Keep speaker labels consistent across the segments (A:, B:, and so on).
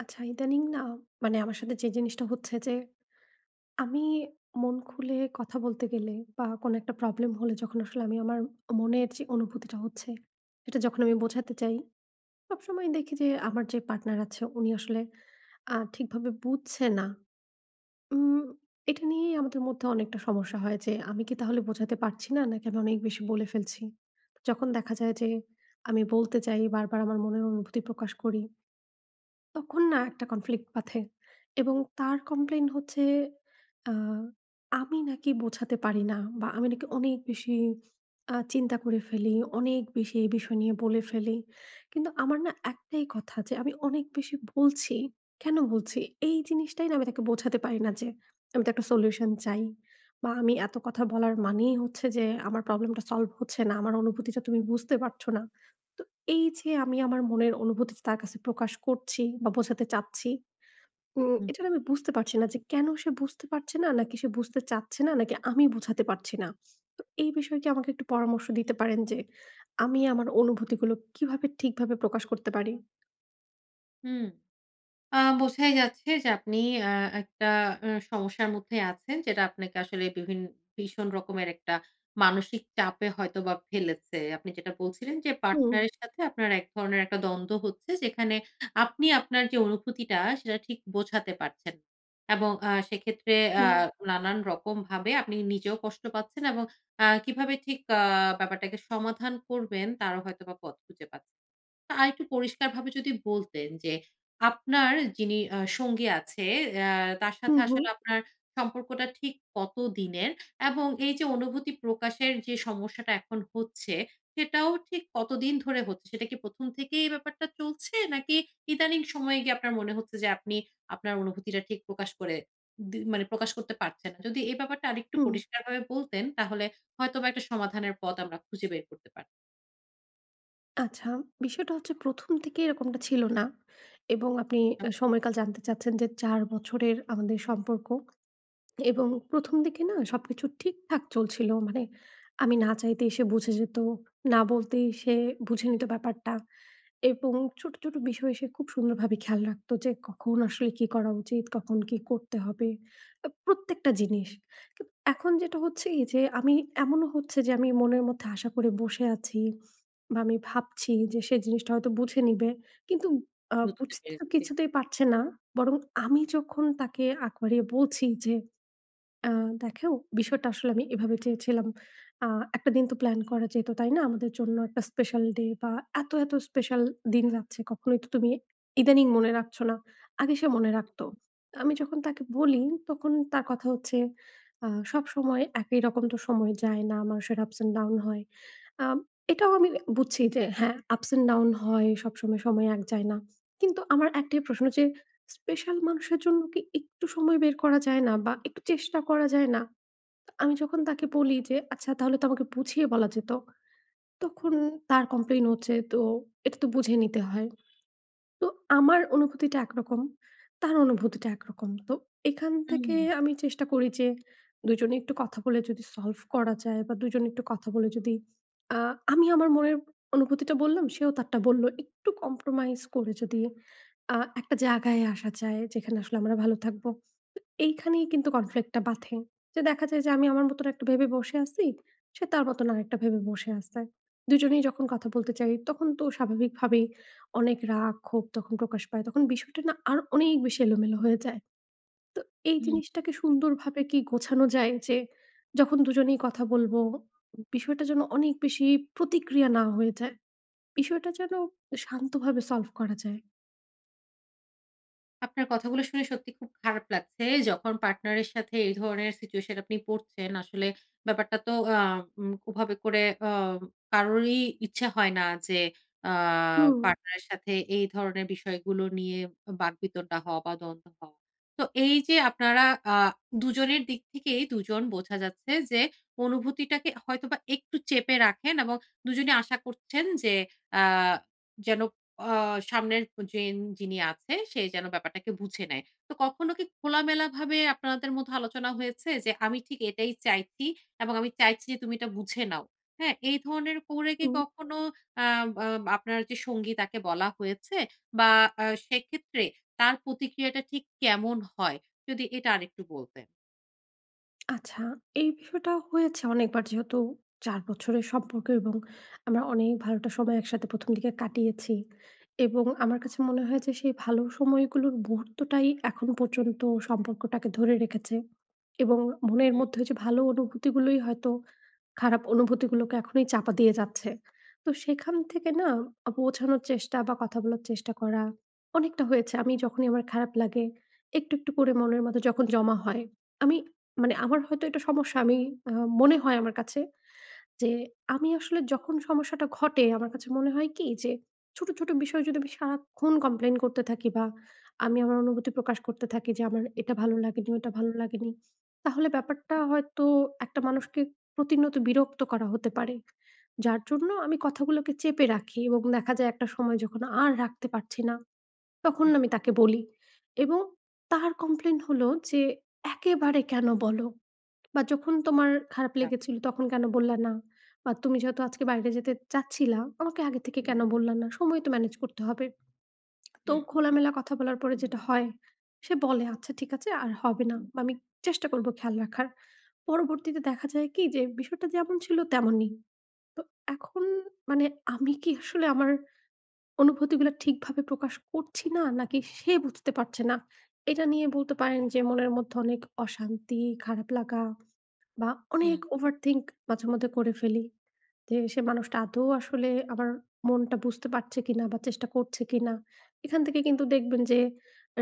A: আচ্ছা, ইদানিং না মানে আমার সাথে যে জিনিসটা হচ্ছে যে, আমি মন খুলে কথা বলতে গেলে বা কোনো একটা প্রবলেম হলে যখন আসলে আমি আমার মনের যে অনুভূতিটা হচ্ছে, সেটা যখন আমি বোঝাতে চাই, সবসময় দেখি যে আমার যে পার্টনার আছে উনি আসলে ঠিকভাবে বুঝছে না। উম এটা নিয়েই আমাদের মধ্যে অনেকটা সমস্যা হয় যে, আমি কি তাহলে বোঝাতে পারছি না? নাকি আমি অনেক বেশি বলে ফেলছি? যখন দেখা যায় যে আমি বলতে চাই বারবার আমার মনের অনুভূতি প্রকাশ করি। তখন না একটা কনফ্লিক্ট বাধে এবং তার কমপ্লেইন হচ্ছে আ আমি নাকি বোঝাতে পারি না বা আমি নাকি অনেক বেশি চিন্তা করে ফেলি, অনেক বেশি এই বিষয় নিয়ে বলে ফেলি। কিন্তু আমার না একটাই কথা যে আমি অনেক বেশি বলছি, কেন বলছি? এই জিনিসটাই না আমি তাকে বোঝাতে পারি না যে আমি তো একটা সলিউশন চাই বা আমি এত কথা বলার মানেই হচ্ছে যে আমার প্রবলেমটা সলভ হচ্ছে না। আমার অনুভূতিটা তুমি বুঝতে পারছো না। এই যে আমি আমার মনের অনুভূতি তার কাছে প্রকাশ করছি বা বোঝাতে চাচ্ছি,
B: হুম,
A: এটা না আমি বুঝতে পারছি না যে কেন সে বুঝতে পারছে না? নাকি সে বুঝতে চাচ্ছে না? নাকি আমি বোঝাতে পারছি না? তো এই বিষয়ে কি আমাকে একটু পরামর্শ দিতে পারেন যে আমি আমার অনুভূতিগুলো কিভাবে ঠিকভাবে প্রকাশ করতে পারি?
B: হুম। বোঝাই যাচ্ছে যে আপনি আ একটা সমস্যার মধ্যে আছেন, যেটা আপনাকে আসলে ভীষণ রকমের একটা মানসিক চাপে হয়তোবা ফেলেছে। আপনি যেটা বলছিলেন, যে
A: হুম,
B: পার্টনারের সাথে আপনার এক ধরনের একটা দ্বন্দ্ব হচ্ছে যেখানে আপনি আপনার যে অনুভূতিটা সেটা ঠিক বোঝাতে পারছেন না। এবং সেক্ষেত্রে আ
A: হুম,
B: নানান রকমভাবে আপনি নিজেও কষ্ট পাচ্ছেন, এবং কিভাবে ঠিক ব্যাপারটাকে সমাধান করবেন তারও হয়তোবা পথ খুঁজে পাচ্ছেন না। আরেকটু পরিষ্কারভাবে যদি বলতেন, যে আপনার যিনি সঙ্গী আছে, অ্যা তার সাথে
A: হুম, হুম,
B: আসলে আপনার সম্পর্কটা ঠিক কত দিনের? এবং এই যে অনুভূতি প্রকাশের যে সমস্যাটা এখন হচ্ছে, সেটাও ঠিক কতদিন ধরে হচ্ছে? সেটা কি ১ম থেকেই এই ব্যাপারটা চলছে? নাকি ইদানিং সময়ে গিয়ে আপনার মনে হচ্ছে যে আপনি আপনার অনুভূতিটা ঠিক প্রকাশ করে মানে প্রকাশ করতে পারছেন না? যদি এই ব্যাপারটা আরেকটু
A: হুম।
B: পরিষ্কারভাবে বলতেন, তাহলে হয়তোবা একটা সমাধানের পথ আমরা খুঁজে বের করতে পারতাম।
A: আচ্ছা, বিষয়টা হচ্ছে ১ম থেকেই এরকমটা ছিল না এবং আপনি সময়কাল জানতে চাচ্ছেন যে ৪ বছরের আমাদের সম্পর্ক। এবং ১ম দিকে না সবকিছু ঠিকঠাক চলছিল। মানে আমি না চাইতেই সে বুঝে যেত। না বলতেই সে বুঝে নিত ব্যাপারটা। এবং ছোট, ছোট বিষয়ে সে খুব সুন্দরভাবে খেয়াল রাখতো যে কখন আসলে কি করা উচিত, কখন কি করতে হবে। প্রত্যেকটা জিনিস। কিন্তু এখন যেটা হচ্ছে এই যে আমি এমনও হচ্ছে যে আমি মনের মধ্যে আশা করে বসে আছি বা আমি ভাবছি যে সে জিনিসটা হয়তো বুঝে নিবে। কিন্তু
B: বুঝতে
A: বুঝতে তো
B: পেরেছি।
A: কিছুতেই পারছে না। বরং আমি যখন তাকে আগ বাড়িয়ে বলছি যে আ দেখো বিষয়টা আসলে আমি এভাবে চেয়েছিলাম। আ একটা দিন তো প্ল্যান করা যেত, তাই না? আমাদের জন্য একটা স্পেশাল ডে বা এত, এত স্পেশাল দিন যাচ্ছে কখনোই তো তুমি ইদানিং মনে রাখছো না। আগে সে মনে রাখতো। আমি যখন তাকে বলি তখন তার কথা হচ্ছে, সবসময় একই রকম তো সময় যায় না। মানুষের ups and down হয়। আম এটাও আমি বুঝছি যে হ্যাঁ, ups and down হয় সবসময় সময় সময় এক যায় না। কিন্তু আমার একটাই প্রশ্ন যে স্পেশাল মানুষের জন্য কি একটু সময় বের করা যায় না? বা একটু চেষ্টা করা যায় না? আমি যখন তাকে বলি যে, "আচ্ছা তাহলে তো আমাকে বুঝিয়ে বলা যেত।" তখন তার কমপ্লেইন হচ্ছে, "তো এটা তো বুঝে নিতে হয়।" তো আমার অনুভূতিটা একরকম, তার অনুভূতিটা একরকম। তো এখান
B: হুম,
A: থেকে আমি চেষ্টা করি যে ২ জনে একটু কথা বলে যদি সলভ করা যায় বা ২ জনে একটু কথা বলে যদি আ আমি আমার মনের অনুভূতিটা বললাম, সেও তারটা বলল। একটু কম্প্রোমাইজ করে যদি একটা জায়গায় আসা যায় যেখানে আসলে আমরা ভালো থাকবো। তো এইখানেই কিন্তু কনফ্লিক্ট টা বাধে। যে দেখা যায় যে আমি আমার মতন একটা ভেবে বসে আছি, সে তার মতন আরেকটা ভেবে বসে আছে। ২ জনেই যখন কথা বলতে চাই তখন তো স্বাভাবিকভাবেই অনেক রাগ ক্ষোভ তখন প্রকাশ পায়। তখন বিষয়টা না আর অনেক বেশি এলোমেলো হয়ে যায়। তো এই
B: হুম।
A: জিনিসটাকে সুন্দরভাবে কি গোছানো যায় যে যখন দুজনেই কথা বলবো, বিষয়টা যেন অনেক বেশি প্রতিক্রিয়া না হয়ে যায়। বিষয়টা যেন শান্তভাবে সলভ করা যায়?
B: আপনার কথাগুলো শুনে সত্যি খুব খারাপ লাগছে। যখন পার্টনারের সাথে এই ধরনের সিচুয়েশন আপনি পড়ছেন, আসলে ব্যাপারটা তো ওভাবে করে আ কারোরই ইচ্ছা হয় না যে আ
A: হুম,
B: পার্টনারের সাথে এই ধরনের বিষয়গুলো নিয়ে বাকবিতণ্ডা হওয়া বা দ্বন্দ্ব হওয়া। তো এই যে আপনারা আ দুজনের দিক থেকেই দুজন, বোঝা যাচ্ছে যে অনুভূতিটাকে হয়তোবা একটু চেপে রাখেন এবং দুজনে আশা করছেন যে আ যেন অ সামনের জেন যিনি আছে সে যেন ব্যাপারটাকে বুঝে নেয়। তো কখনো কি খোলামেলাভাবে আপনাদের মধ্যে আলোচনা হয়েছে যে, "আমি ঠিক এটাই চাইছি এবং আমি চাইছি যে তুমি এটা বুঝে নাও।" হ্যাঁ? এই ধরনের করে কি
A: হুম।
B: কখনো আ আ আপনার যে সঙ্গী তাকে বলা হয়েছে? বা সেক্ষেত্রে তার প্রতিক্রিয়াটা ঠিক কেমন হয়? যদি এটা আরেকটু বলতেন।
A: আচ্ছা, এই বিষয়টা হয়েছে অনেকবার যেহেতু ৪ বছরের সম্পর্ক এবং আমরা অনেক ভালো একটা সময় একসাথে ১ম দিকে কাটিয়েছি এবং আমার কাছে মনে হয় যে সেই ভালো সময়গুলোর মুহূর্তটাই এখন পর্যন্ত সম্পর্কটাকে ধরে রেখেছে এবং মনের
B: হুম,
A: মধ্যে যে ভালো অনুভূতিগুলোই হয়তো খারাপ অনুভূতিগুলোকে এখনই চাপা দিয়ে যাচ্ছে। তো সেখান থেকে না পৌঁছানোর চেষ্টা বা কথা বলার চেষ্টা করা অনেকটা হয়েছে। আমি যখনই আমার খারাপ লাগে একটু, একটু করে মনের মধ্যে যখন জমা হয়, আমি মানে
B: হুম,
A: আমার হয়তো এটা সমস্যা আমি আ মনে হয় আমার কাছে। যে আমি আসলে যখন সমস্যাটা ঘটে আমার কাছে মনে হয় কি যে ছোট, ছোট বিষয় যদি আমি সারাক্ষণ কমপ্লেইন করতে থাকি বা আমি আমার অনুভূতি প্রকাশ করতে থাকি যে আমার এটা ভালো লাগেনি, ওটা ভালো লাগেনি। তাহলে ব্যাপারটা হয়তো একটা মানুষকে প্রতিনিয়ত বিরক্ত করা হতে পারে। যার জন্য আমি কথাগুলোকে চেপে রাখি এবং দেখা যায় একটা সময় যখন আর রাখতে পারছি না, তখন
B: হুম,
A: আমি তাকে বলি এবং তার কমপ্লেইন হলো যে, "একেবারে কেন বলো?" বা যখন তোমার খারাপ
B: আচ্ছা।
A: লেগেছিল তখন কেন বললা না? বা তুমি যেহেতু আজকে বাইরে যেতে চাচ্ছিলা, আমাকে আগে থেকে কেন বললা না? সময় তো ম্যানেজ করতে হবে। তো
B: হুম,
A: খোলামেলা কথা বলার পরে যেটা হয়, সে বলে, "আচ্ছা ঠিক আছে আর হবে না বা আমি চেষ্টা করব খেয়াল রাখার।" পরবর্তীতে দেখা যায় কি যে বিষয়টা যেমন ছিল তেমনই। তো এখন মানে আমি কি আসলে আমার অনুভূতিগুলা ঠিকভাবে প্রকাশ করছি না, নাকি সে বুঝতে পারছে না? এটা নিয়ে বলতে পারেন যে মনের মধ্যে অনেক অশান্তি, খারাপ লাগা বা
B: হুম,
A: অনেক ওভারথিংক মাঝে মধ্যে করে ফেলি। যে সে মানুষটা আদৌ আসলে আমার মনটা বুঝতে পারছে কিনা বা চেষ্টা করছে কিনা। এখান থেকে কিন্তু দেখবেন যে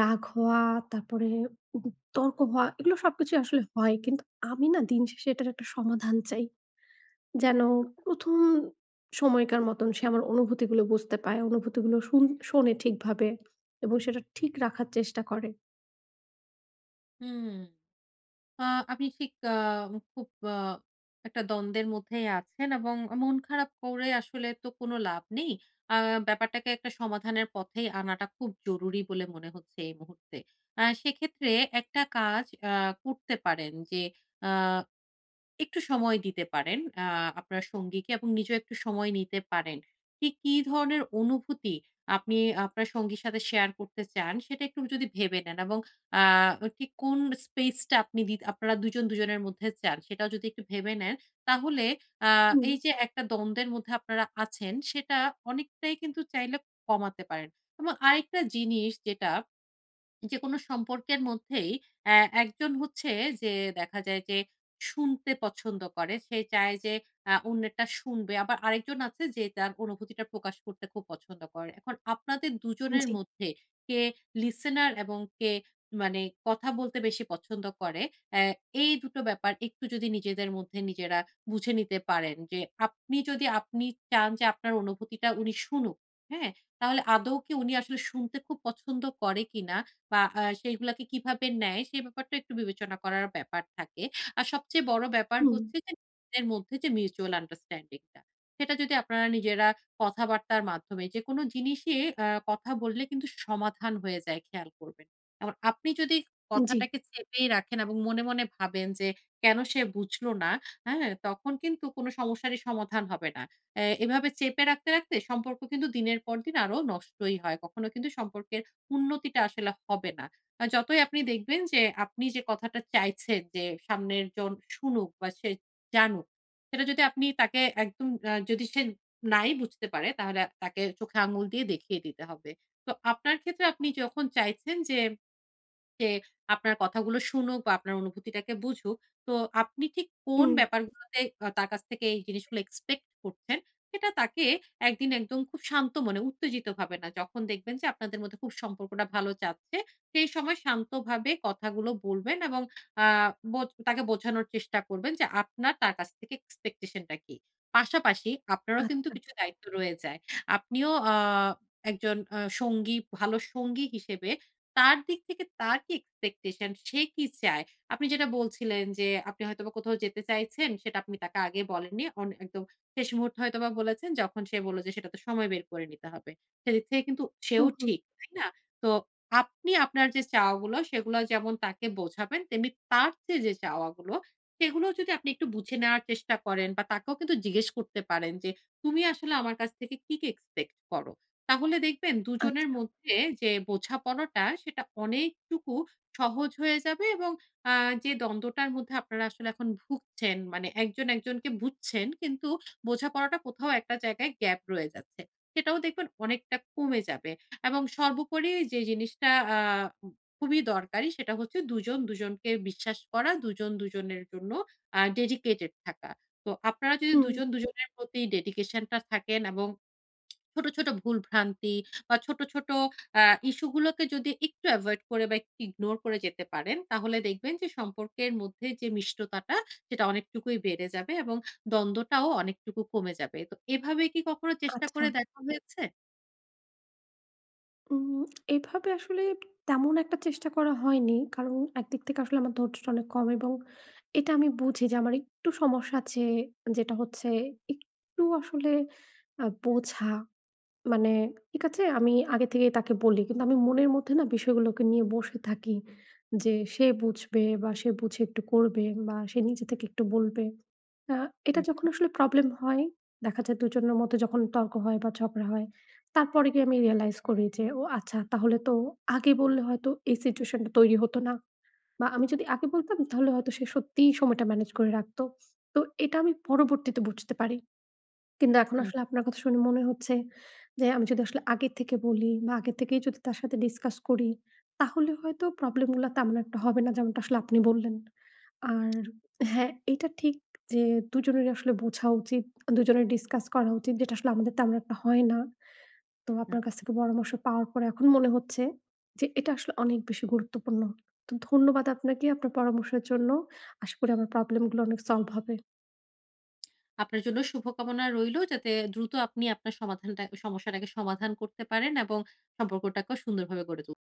A: রাগ হওয়া, তারপরে উম তর্ক হওয়া এগুলো সবকিছুই আসলে হয়। কিন্তু আমি না দিন শেষে এটার একটা সমাধান চাই। যেন ১ম সময়কার মতন সে আমার অনুভূতিগুলো বুঝতে পায়, অনুভূতিগুলো শোনে ঠিকভাবে এবং সেটা ঠিক রাখার চেষ্টা করে।
B: হুম। আ আপনি ঠিক খুব আ একটা দ্বন্দ্বের মধ্যেই আছেন, এবং মন খারাপ করে আসলে তো কোনো লাভ নেই। আ ব্যাপারটাকে একটা সমাধানের পথেই আনাটা খুব জরুরি বলে মনে হচ্ছে এই মুহূর্তে। সেক্ষেত্রে একটা কাজ করতে পারেন, যে আ একটু সময় দিতে পারেন আ আপনার সঙ্গীকে, এবং নিজেও একটু সময় নিতে পারেন। ঠিক কি ধরনের অনুভূতি আপনি আপনার সঙ্গীর সাথে শেয়ার করতে চান সেটা একটু যদি ভেবে নেন, এবং আ ঠিক কোন স্পেসটা আপনি দি আপনারা দুজন দুজনের মধ্যে চান সেটাও যদি একটু ভেবে নেন, তাহলে আ
A: হুম,
B: এই যে একটা দ্বন্দ্বের মধ্যে আপনারা আছেন সেটা অনেকটাই কিন্তু চাইলে কমাতে পারেন। এবং আরেকটা জিনিস যেটা যেকোনো সম্পর্কের মধ্যেই অ্যা একজন হচ্ছে যে, দেখা যায় যে শুনতে পছন্দ করে। সে চায় যে অন্যেরটা শুনবে। আবার আরেকজন আছে যে তার অনুভূতিটা প্রকাশ করতে খুব পছন্দ করে। এখন আপনাদের দুজনের
A: জি,
B: মধ্যে কে লিসেনার এবং কে মানে কথা বলতে বেশি পছন্দ করে, অ্যা এই দুটো ব্যাপার একটু যদি নিজেদের মধ্যে নিজেরা বুঝে নিতে পারেন, যে আপনি চান যে আপনার অনুভূতিটা উনি শুনুক, হ্যাঁ? তাহলে আদৌ কি উনি আসলে শুনতে খুব পছন্দ করে কিনা, বা সেইগুলাকে কিভাবে নেয় সে ব্যাপারটা একটু বিবেচনা করার ব্যাপার থাকে। আর সবচেয়ে বড় ব্যাপার
A: হুম,
B: হচ্ছে যে নিজেদের মধ্যে যে মিউচুয়াল আন্ডারস্ট্যান্ডিং টা। সেটা যদি আপনারা নিজেরা কথাবার্তার মাধ্যমে যেকোনো জিনিসে কথা বললে কিন্তু সমাধান হয়ে যায়, খেয়াল করবেন। এখন আপনি যদি
A: জি,
B: কথাটাকে চেপেই রাখেন এবং মনে, মনে ভাবেন যে কেন সে বুঝলো না, হ্যাঁ? তখন কিন্তু কোনো সমস্যারই সমাধান হবে না। এভাবে চেপে রাখতে, রাখতে সম্পর্ক কিন্তু দিনের পর দিন আরো নষ্টই হয়। কখনো কিন্তু সম্পর্কের উন্নতিটা আসলে হবে না। যতই আপনি দেখবেন যে আপনি যে কথাটা চাইছেন, যে সামনের জন শুনুক বা সে জানুক, সেটা যদি আপনি তাকে একদম, যদি সে নাই বুঝতে পারে, তাহলে তাকে চোখে আঙুল দিয়ে দেখিয়ে দিতে হবে। তো আপনার ক্ষেত্রে আপনি যখন চাইছেন যে সে আপনার কথাগুলো শুনুক বা আপনার অনুভূতিটাকে বুঝুক। তো আপনি ঠিক কোন
A: হুম,
B: ব্যাপারগুলোতে তার কাছ থেকে এই জিনিসগুলো এক্সপেক্ট করছেন, সেটা তাকে একদিন একদম খুব শান্ত মনে, উত্তেজিত ভাবে না। যখন দেখবেন যে আপনাদের মধ্যে খুব সম্পর্কটা ভালো যাচ্ছে, সেই সময় শান্তভাবে কথাগুলো বলবেন এবং আ বোঝ তাকে বোঝানোর চেষ্টা করবেন, যে আপনার তার কাছ থেকে এক্সপেকটেশন টা কি? পাশাপাশি আপনারও কিন্তু
A: আচ্ছা।
B: কিছু দায়িত্ব রয়ে যায়। আপনিও একজন সঙ্গী, ভালো সঙ্গী হিসেবে তার দিক থেকে তার কি এক্সপেকটেশন? সে কি চায়? আপনি যেটা বলছিলেন যে, আপনি হয়তোবা কোথাও যেতে চাইছেন, সেটা আপনি তাকে আগে বলেননি। একদম শেষ মুহূর্তে হয়তোবা বলেছেন, যখন সে বলল যে, "সেটা তো সময় বের করে নিতে হবে।" সেদিক থেকে কিন্তু সেও
A: হুম, হুম,
B: ঠিক, তাই না? তো আপনি আপনার যে চাওয়াগুলো, সেগুলো যেমন তাকে বোঝাবেন, তেমনি তার চেয়ে যে চাওয়াগুলো, সেগুলোও যদি আপনি একটু বুঝে নেওয়ার চেষ্টা করেন, বা তাকেও কিন্তু জিজ্ঞেস করতে পারেন যে, "তুমি আসলে আমার কাছ থেকে কি, কি এক্সপেক্ট করো?" তাহলে দেখবেন দুজনের
A: আচ্ছা।
B: মধ্যে যে বোঝাপড়াটা সেটা অনেকটুকু সহজ হয়ে যাবে, এবং আ যে দ্বন্দ্বটার মধ্যে আপনারা আসলে এখন ভুগছেন, মানে একজন একজনকে বুঝছেন কিন্তু বোঝাপড়াটা কোথাও একটা জায়গায় গ্যাপ রয়ে যাচ্ছে। সেটাও দেখবেন অনেকটা কমে যাবে, এবং সর্বোপরি যে জিনিসটা উম খুবই দরকারি সেটা হচ্ছে দুজন দুজনকে বিশ্বাস করা, দুজন দুজনের জন্য ডেডিকেটেড থাকা। তো আপনারা যদি
A: হুম,
B: দুজন দুজনের প্রতি ডেডিকেশন টা থাকেন, এবং ছোট, ছোট ভুলভ্রান্তি বা ছোট, ছোট আ ইস্যু গুলোকে যদি একটু এভয়েড করে বা একটু ইগনোর করে যেতে পারেন, তাহলে দেখবেন যে সম্পর্কের মধ্যে যে মিষ্টতাটা সেটা অনেকটুকুই বেড়ে যাবে এবং দ্বন্দ্বটাও অনেকটুকু কমে যাবে। তো এভাবে কি কখনো চেষ্টা
A: আচ্ছা।
B: করে দেখা হয়েছে?
A: উম এভাবে আসলে তেমন একটা চেষ্টা করা হয়নি। কারণ একদিক থেকে আসলে আমার ধৈর্যটা অনেক কম এবং এটা আমি বুঝি যে আমার একটু সমস্যা আছে যেটা হচ্ছে একটু আসলে বোঝা। মানে ঠিক আছে আমি আগে থেকেই তাকে বলি। কিন্তু আমি মনের মধ্যে না বিষয়গুলোকে নিয়ে বসে থাকি যে সে বুঝবে বা সে বুঝে একটু করবে বা সে নিজে থেকে একটু বলবে। আ এটা
B: হুম,
A: যখন আসলে প্রবলেম হয়, দেখা যায় দুজনের মধ্যে যখন তর্ক হয় বা ঝগড়া হয়, তারপরে গিয়ে আমি রিয়ালাইজ করি যে ও আচ্ছা তাহলে তো আগে বললে হয়তো এই সিচুয়েশন টা তৈরি হতো না। বা আমি যদি আগে বলতাম তাহলে হয়তো সে সত্যিই সময়টা ম্যানেজ করে রাখতো। তো এটা আমি পরবর্তীতে বুঝতে পারি। কিন্তু এখন
B: হুম,
A: আসলে আপনার কথা শুনে মনে হচ্ছে যে আমি যদি আসলে আগের থেকে বলি বা আগে থেকেই যদি তার সাথে ডিসকাস করি তাহলে হয়তো প্রবলেম গুলা তেমন একটা হবে না যেমনটা আসলে আপনি বললেন। আর হ্যাঁ, এটা ঠিক যে দুজনেরই আসলে বোঝা উচিত, দুজনের ডিসকাস করা উচিত যেটা আসলে আমাদের তেমন একটা হয় না। তো
B: হুম।
A: আপনার কাছ থেকে পরামর্শ পাওয়ার পরে এখন মনে হচ্ছে যে এটা আসলে অনেক বেশি গুরুত্বপূর্ণ। তো ধন্যবাদ আপনাকে আপনার পরামর্শের জন্য। আশা করি আমার প্রবলেম গুলো অনেক সলভ হবে।
B: আপনার জন্য শুভকামনা রইলো যাতে দ্রুত আপনি আপনার সমাধানটা সমস্যাটাকে সমাধান করতে পারেন এবং সম্পর্কটাকেও সুন্দরভাবে গড়ে তুলতে